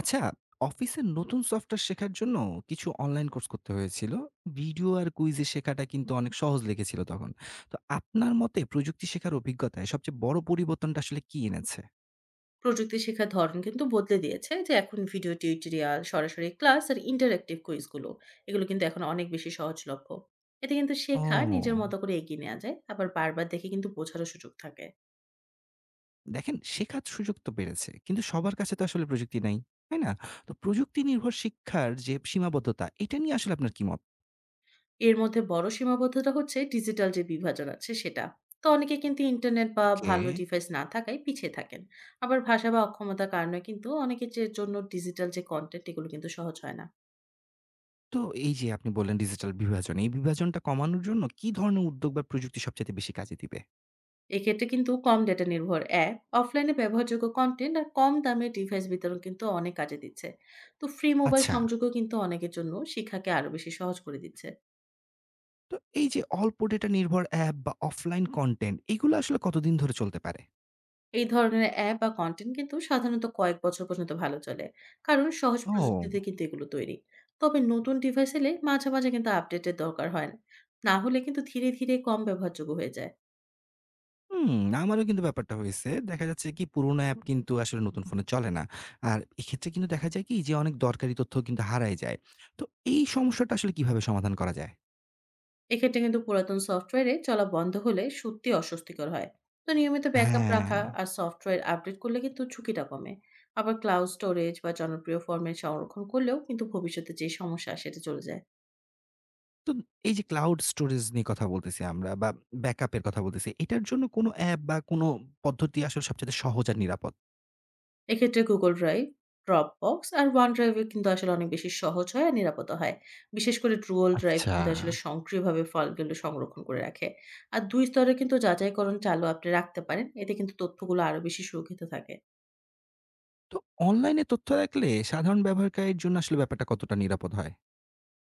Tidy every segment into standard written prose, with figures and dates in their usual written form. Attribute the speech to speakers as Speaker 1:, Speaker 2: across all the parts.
Speaker 1: আচ্ছা, অফিসের নতুন সফটওয়্যার শেখার জন্য কিছু অনলাইন কোর্স করতে হয়েছিল। ভিডিও আর কুইজে শেখাটা কিন্তু অনেক সহজ লেগেছিল তখন। তো আপনার মতে প্রযুক্তি শেখার অভিজ্ঞতায় সবচেয়ে বড় পরিবর্তনটা আসলে কি এনেছে?
Speaker 2: প্রযুক্তি শেখার ধরন কিন্তু বদলে দিয়েছে। যে এখন ভিডিও টিউটোরিয়াল, সরাসরি ক্লাস আর ইন্টারেক্টিভ কুইজগুলো, এগুলো কিন্তু এখন অনেক বেশি সহজলভ্য। এতে কিন্তু শেখা নিজের মতো
Speaker 1: ও!
Speaker 2: করে এগিয়ে নেওয়া যায়, আবার বারবার দেখে কিন্তু বোঝারও সুযোগ থাকে।
Speaker 1: দেখেন শেখার সুযোগ তো বেড়েছে। কিন্তু সবার কাছে তো আসলে প্রযুক্তি নাই। তাই না? তো প্রযুক্তি নির্ভর শিক্ষার যে সীমাবদ্ধতা, এটা নিয়ে আসলে আপনার কি মত?
Speaker 2: এর মধ্যে বড় সীমাবদ্ধতা হচ্ছে ডিজিটাল যে বিভাজন আছে সেটা। তো অনেকে কিন্তু ইন্টারনেট বা
Speaker 1: ওকে।
Speaker 2: ভালো ডিভাইস না থাকায় পিছিয়ে থাকেন। আবার ভাষা বা অক্ষমতার কারণে কিন্তু অনেকের যে জন্য ডিজিটাল যে কন্টেন্ট, এগুলো কিন্তু সহজ হয় না।
Speaker 1: তো এই যে আপনি বললেন ডিজিটাল বিভাজন, এই বিভাজনটা কমানোর জন্য কি ধরনের উদ্যোগ বা প্রযুক্তি সবচাইতে বেশি কাজে দিবে?
Speaker 2: এক্ষেত্রে কিন্তু কম ডেটা নির্ভর অ্যাপ, অফলাইনে ব্যবহারযোগ্য কন্টেন্ট আর কম দামে ডিভাইস বিতরণ কিন্তু অনেক কাজে দিচ্ছে। তো ফ্রি মোবাইল
Speaker 1: আচ্ছা।
Speaker 2: সংযোগও কিন্তু অনেকের জন্য শিক্ষাকে আরো বেশি সহজ করে দিচ্ছে।
Speaker 1: তো এই যে অল্প ডেটা নির্ভর অ্যাপ বা অফলাইন কনটেন্ট এগুলো আসলে কতদিন ধরে চলতে পারে?
Speaker 2: এই ধরনের অ্যাপ বা কন্টেন্ট কিন্তু সাধারণত কয়েক বছর পর্যন্ত ভালো চলে, কারণ সহজ
Speaker 1: ও
Speaker 2: প্রযুক্তিতে কিন্তু এগুলো তৈরি। তবে নতুন ডিভাইস এলে মাঝে মাঝে কিন্তু আপডেটের দরকার হয়। না হলে কিন্তু ধীরে ধীরে কম ব্যবহারযোগ্য হয়ে যায়।
Speaker 1: হুম, আমারও কিন্তু ব্যাপারটা হয়েছে। দেখা যাচ্ছে কি পুরোনো অ্যাপ কিন্তু আসলে নতুন ফোনে চলে না। আর এক্ষেত্রে কিন্তু দেখা যায় কি যে অনেক দরকারি তথ্য কিন্তু হারায় যায়। তো এই সমস্যাটা আসলে কিভাবে সমাধান করা যায়?
Speaker 2: এক্ষেত্রে কিন্তু পুরাতন সফটওয়্যারে চলা বন্ধ হলে সত্যি অস্বস্তিকর হয়। তো নিয়মিত ব্যাকআপ রাখা
Speaker 1: হ্যাঁ।
Speaker 2: আর সফটওয়্যার আপডেট করলে কিন্তু ঝুঁকিটা কমে। আবার ক্লাউড স্টোরেজ বা জনপ্রিয় ফর্মে সংরক্ষণ করলেও কিন্তু ভবিষ্যতে যে সমস্যা সেটা চলে যায়।
Speaker 1: তো এই যে ক্লাউড স্টোরেজ নিয়ে কথা বলতেছি আমরা বা ব্যাকআপ এর কথা বলতেছি। এটার জন্য কোন অ্যাপ বা কোন পদ্ধতি আসলে সবচাইতে সহজ আর নিরাপদ?
Speaker 2: এক্ষেত্রে গুগল ড্রাইভ, ড্রপ বক্স আর ওয়ান ড্রাইভে কিন্তু আসলে অনেক বেশি সহজ হয় আর নিরাপদ হয়। বিশেষ করে ট্রুল ড্রাইভ
Speaker 1: আচ্ছা।
Speaker 2: কিন্তু আসলে সক্রিয়ভাবে ফলগুলো সংরক্ষণ করে রাখে। আর দুই স্তরে কিন্তু যাচাইকরণ চালু আপনি রাখতে পারেন, এতে কিন্তু তথ্যগুলো আরো বেশি সুরক্ষিত থাকে।
Speaker 1: তো অনলাইনে তথ্য রাখলে সাধারণ ব্যবহারকারীর জন্য আসলে ব্যাপারটা কতটা নিরাপদ হয়?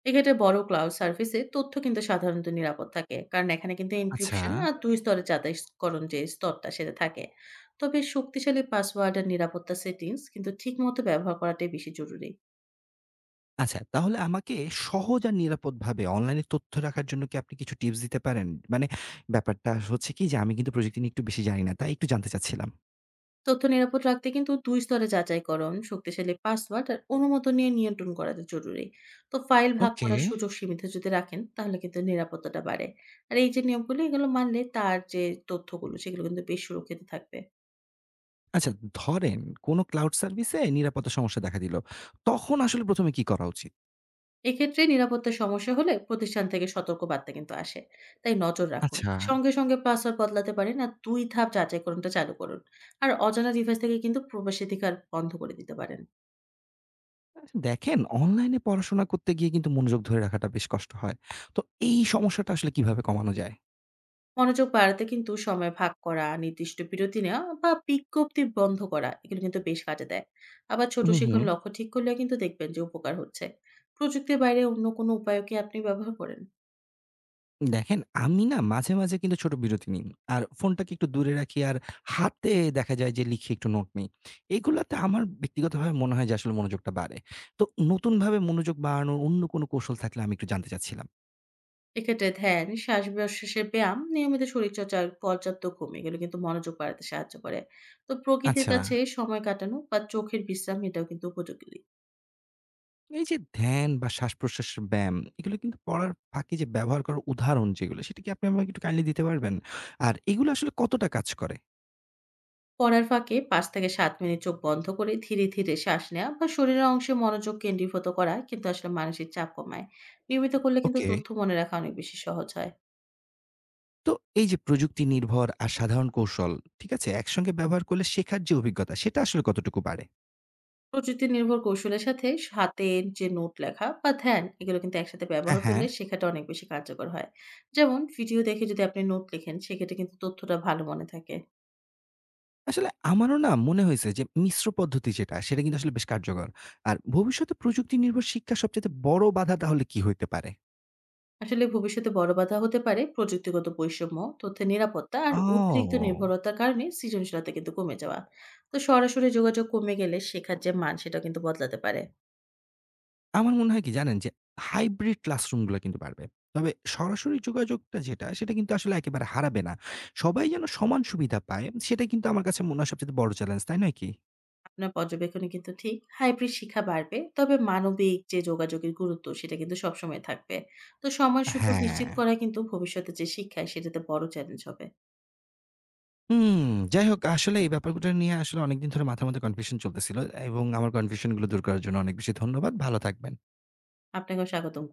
Speaker 2: এক্ষেত্রে বড় ক্লাউড সার্ভিসে তথ্য কিন্তু সাধারণত নিরাপদ থাকে, কারণ এখানে কিন্তু
Speaker 1: আচ্ছা,
Speaker 2: এনক্রিপশন আর দুই স্তরে যাচাইকরণ যে স্তরটা সেটা থাকে। তবে শক্তিশালী পাসওয়ার্ড আর নিরাপত্তা সেটিংস কিন্তু ঠিক মতো ব্যবহার করাটাই বেশি জরুরি।
Speaker 1: আচ্ছা তাহলে আমাকে সহজ আর নিরাপদভাবে অনলাইনে তথ্য রাখার জন্য কি আপনি কিছু টিপস দিতে পারেন? মানে ব্যাপারটা হচ্ছে কি যে আমি কিন্তু প্রযুক্তি নিয়ে একটু বেশি জানি না। তাই একটু জানতে চাচ্ছিলাম।
Speaker 2: তথ্য নিরাপদ রাখতে কিন্তু দুই স্তরে যাচাইকরণ, শক্তিশালী পাসওয়ার্ড আর অনুমোদন নিয়ে নিয়ন্ত্রণ করাটা জরুরি। তো ফাইল ভাগ
Speaker 1: ওকে।
Speaker 2: করার সুযোগ সীমিত যদি রাখেন তাহলে কিন্তু নিরাপত্তাটা বাড়ে। আর এই যে নিয়মগুলো এগুলো মানলে তার যে তথ্যগুলো সেগুলো কিন্তু বেশ সুরক্ষিত থাকবে।
Speaker 1: আচ্ছা ধরেন কোনো ক্লাউড সার্ভিসে নিরাপত্তা সমস্যা দেখা দিল। তখন আসলে ১ম এ কি করা উচিত?
Speaker 2: এক্ষেত্রে নিরাপত্তার সমস্যা হলে প্রতিষ্ঠান থেকে সতর্ক বার্তা কিন্তু আসে, তাই নজর রাখুন।
Speaker 1: আচ্ছা।
Speaker 2: সঙ্গে সঙ্গে পাসওয়ার্ড বদলাতে পারেন আর দুই ধাপ যাচাইকরণটা চালু করুন। আর অজানা ডিভাইস থেকে কিন্তু প্রবেশাধিকার বন্ধ করে দিতে পারেন।
Speaker 1: আচ্ছা দেখেন অনলাইনে পড়াশোনা করতে গিয়ে কিন্তু মনোযোগ ধরে রাখাটা বেশ কষ্ট হয়। তো এই সমস্যাটা আসলে কিভাবে কমানো যায়?
Speaker 2: মনোযোগ বাড়াতে কিন্তু সময় ভাগ করা, নির্দিষ্ট বিরতি নেওয়া বা বিজ্ঞপ্তি বন্ধ করা, এগুলো কিন্তু বেশ কাজে দেয়। আবার ছোট
Speaker 1: হুম,
Speaker 2: শিখন
Speaker 1: হুম।
Speaker 2: লক্ষ্য ঠিক করলে কিন্তু দেখবেন যে উপকার হচ্ছে। প্রযুক্তির বাইরে অন্য কোনো উপায়ও কি আপনি ব্যবহার করেন?
Speaker 1: দেখেন, আমি না মাঝে মাঝে কিন্তু ছোট বিরতি নিই। আর ফোনটাকে একটু দূরে রাখি আর হাতে দেখা যায় যে লিখে একটু নোট নেই। এগুলাতে আমার ব্যক্তিগতভাবে মনে হয় যে আসলে মনোযোগটা বাড়ে। তো নতুনভাবে মনোযোগ বাড়ানোর অন্য কোনো কৌশল থাকলে আমি একটু জানতে চাচ্ছিলাম।
Speaker 2: এক্ষেত্রে ধ্যান, শ্বাস-প্রশ্বাসের ব্যায়াম, নিয়মিত শরীরচর্চা আর পর্যাপ্ত ঘুম এগুলো কিন্তু মনোযোগ বাড়াতে সাহায্য করে। তো প্রকৃতির
Speaker 1: আচ্ছা,
Speaker 2: কাছে সময় কাটানো বা চোখের বিশ্রাম এটাও কিন্তু উপযোগী।
Speaker 1: এই যে ধ্যান বা শ্বাসপ্রশ্বাসের ব্যায়াম এগুলো কিন্তু পড়ার ফাঁকে যে ব্যবহার করার উদাহরণ যেগুলো সেটা কি আপনি আমাকে একটু কাইন্ডলি দিতে পারবেন? আর এগুলো আসলে কতটা কাজ করে?
Speaker 2: পড়ার ফাঁকে ৫ থেকে ৭ মিনিট চোখ বন্ধ করে ধীরে, ধীরে শ্বাস নেওয়া বা শরীরের অংশে মনোযোগ কেন্দ্রীভূত করা কিন্তু আসলে মানসিক চাপ কমায়। নিয়মিত করলে কিন্তু
Speaker 1: ওকে।
Speaker 2: তথ্য মনে রাখা অনেক বেশি সহজ হয়।
Speaker 1: তো এই যে প্রযুক্তি নির্ভর আর সাধারণ কৌশল, ঠিক আছে? একসঙ্গে ব্যবহার করলে শেখার যে অভিজ্ঞতা সেটা আসলে কতটুকু বাড়ে?
Speaker 2: প্রযুক্তি নির্ভর কৌশলের সাথে হাতে যে নোট লেখা বা ধ্যান এগুলো কিন্তু একসাথে
Speaker 1: হ্যাঁ,
Speaker 2: ব্যবহার
Speaker 1: হ্যাঁ।
Speaker 2: করলে শেখাটা অনেক বেশি কার্যকর হয়। যেমন ভিডিও দেখে যদি আপনি নোট লেখেন সেক্ষেত্রে কিন্তু তথ্যটা ভালো মনে থাকে।
Speaker 1: আসলে আমারও না মনে হয়েছে যে মিশ্র পদ্ধতি যেটা, সেটা কিন্তু আসলে বেশ কার্যকর। আর ভবিষ্যতে প্রযুক্তি নির্ভর শিক্ষার সবচাইতে বড় বাধা তাহলে কি হইতে পারে?
Speaker 2: আসলে ভবিষ্যতে বড় বাধা হতে পারে প্রযুক্তিগত বৈষম্য, তথ্যের নিরাপত্তা আর অতিরিক্ত
Speaker 1: ও!
Speaker 2: নির্ভরতার কারণে সৃজনশীলতা কিন্তু কমে যাওয়া। তো সরাসরি যোগাযোগ কমে গেলে শেখার যে মান সেটা কিন্তু বদলাতে পারে।
Speaker 1: আমার মনে হয় কি জানেন? যে হাইব্রিড ক্লাসরুমগুলা কিন্তু বাড়বে। তবে সরাসরি যোগাযোগটা যেটা, সেটা কিন্তু আসলে একেবারে হারাবে না। সবাই যেন সমান সুবিধা পায়, সেটা কিন্তু আমার কাছে মনে হয় সবচাইতে বড় চ্যালেঞ্জ, তাই নয় কি?
Speaker 2: আপনার পর্যবেক্ষণে কিন্তু ঠিক। হাইব্রিড শিক্ষা বাড়বে। তবে মানবিক যে যোগাযোগের গুরুত্ব সেটা কিন্তু সবসময় থাকবে। তো সময় সুযোগ
Speaker 1: হ্যাঁ।
Speaker 2: নিশ্চিত করা কিন্তু ভবিষ্যতের যে শিক্ষায় সেটাতে বড় চ্যালেঞ্জ হবে।
Speaker 1: হুম, যাই হোক আসলে এই ব্যাপারগুলো নিয়ে আসলে অনেকদিন ধরে মাথার মধ্যে কনফিউশন চলতেছিল এবং আমার কনফিউশন গুলো দূর করার জন্য অনেক বেশি ধন্যবাদ। ভালো থাকবেন।
Speaker 2: আপনাকেও স্বাগতম।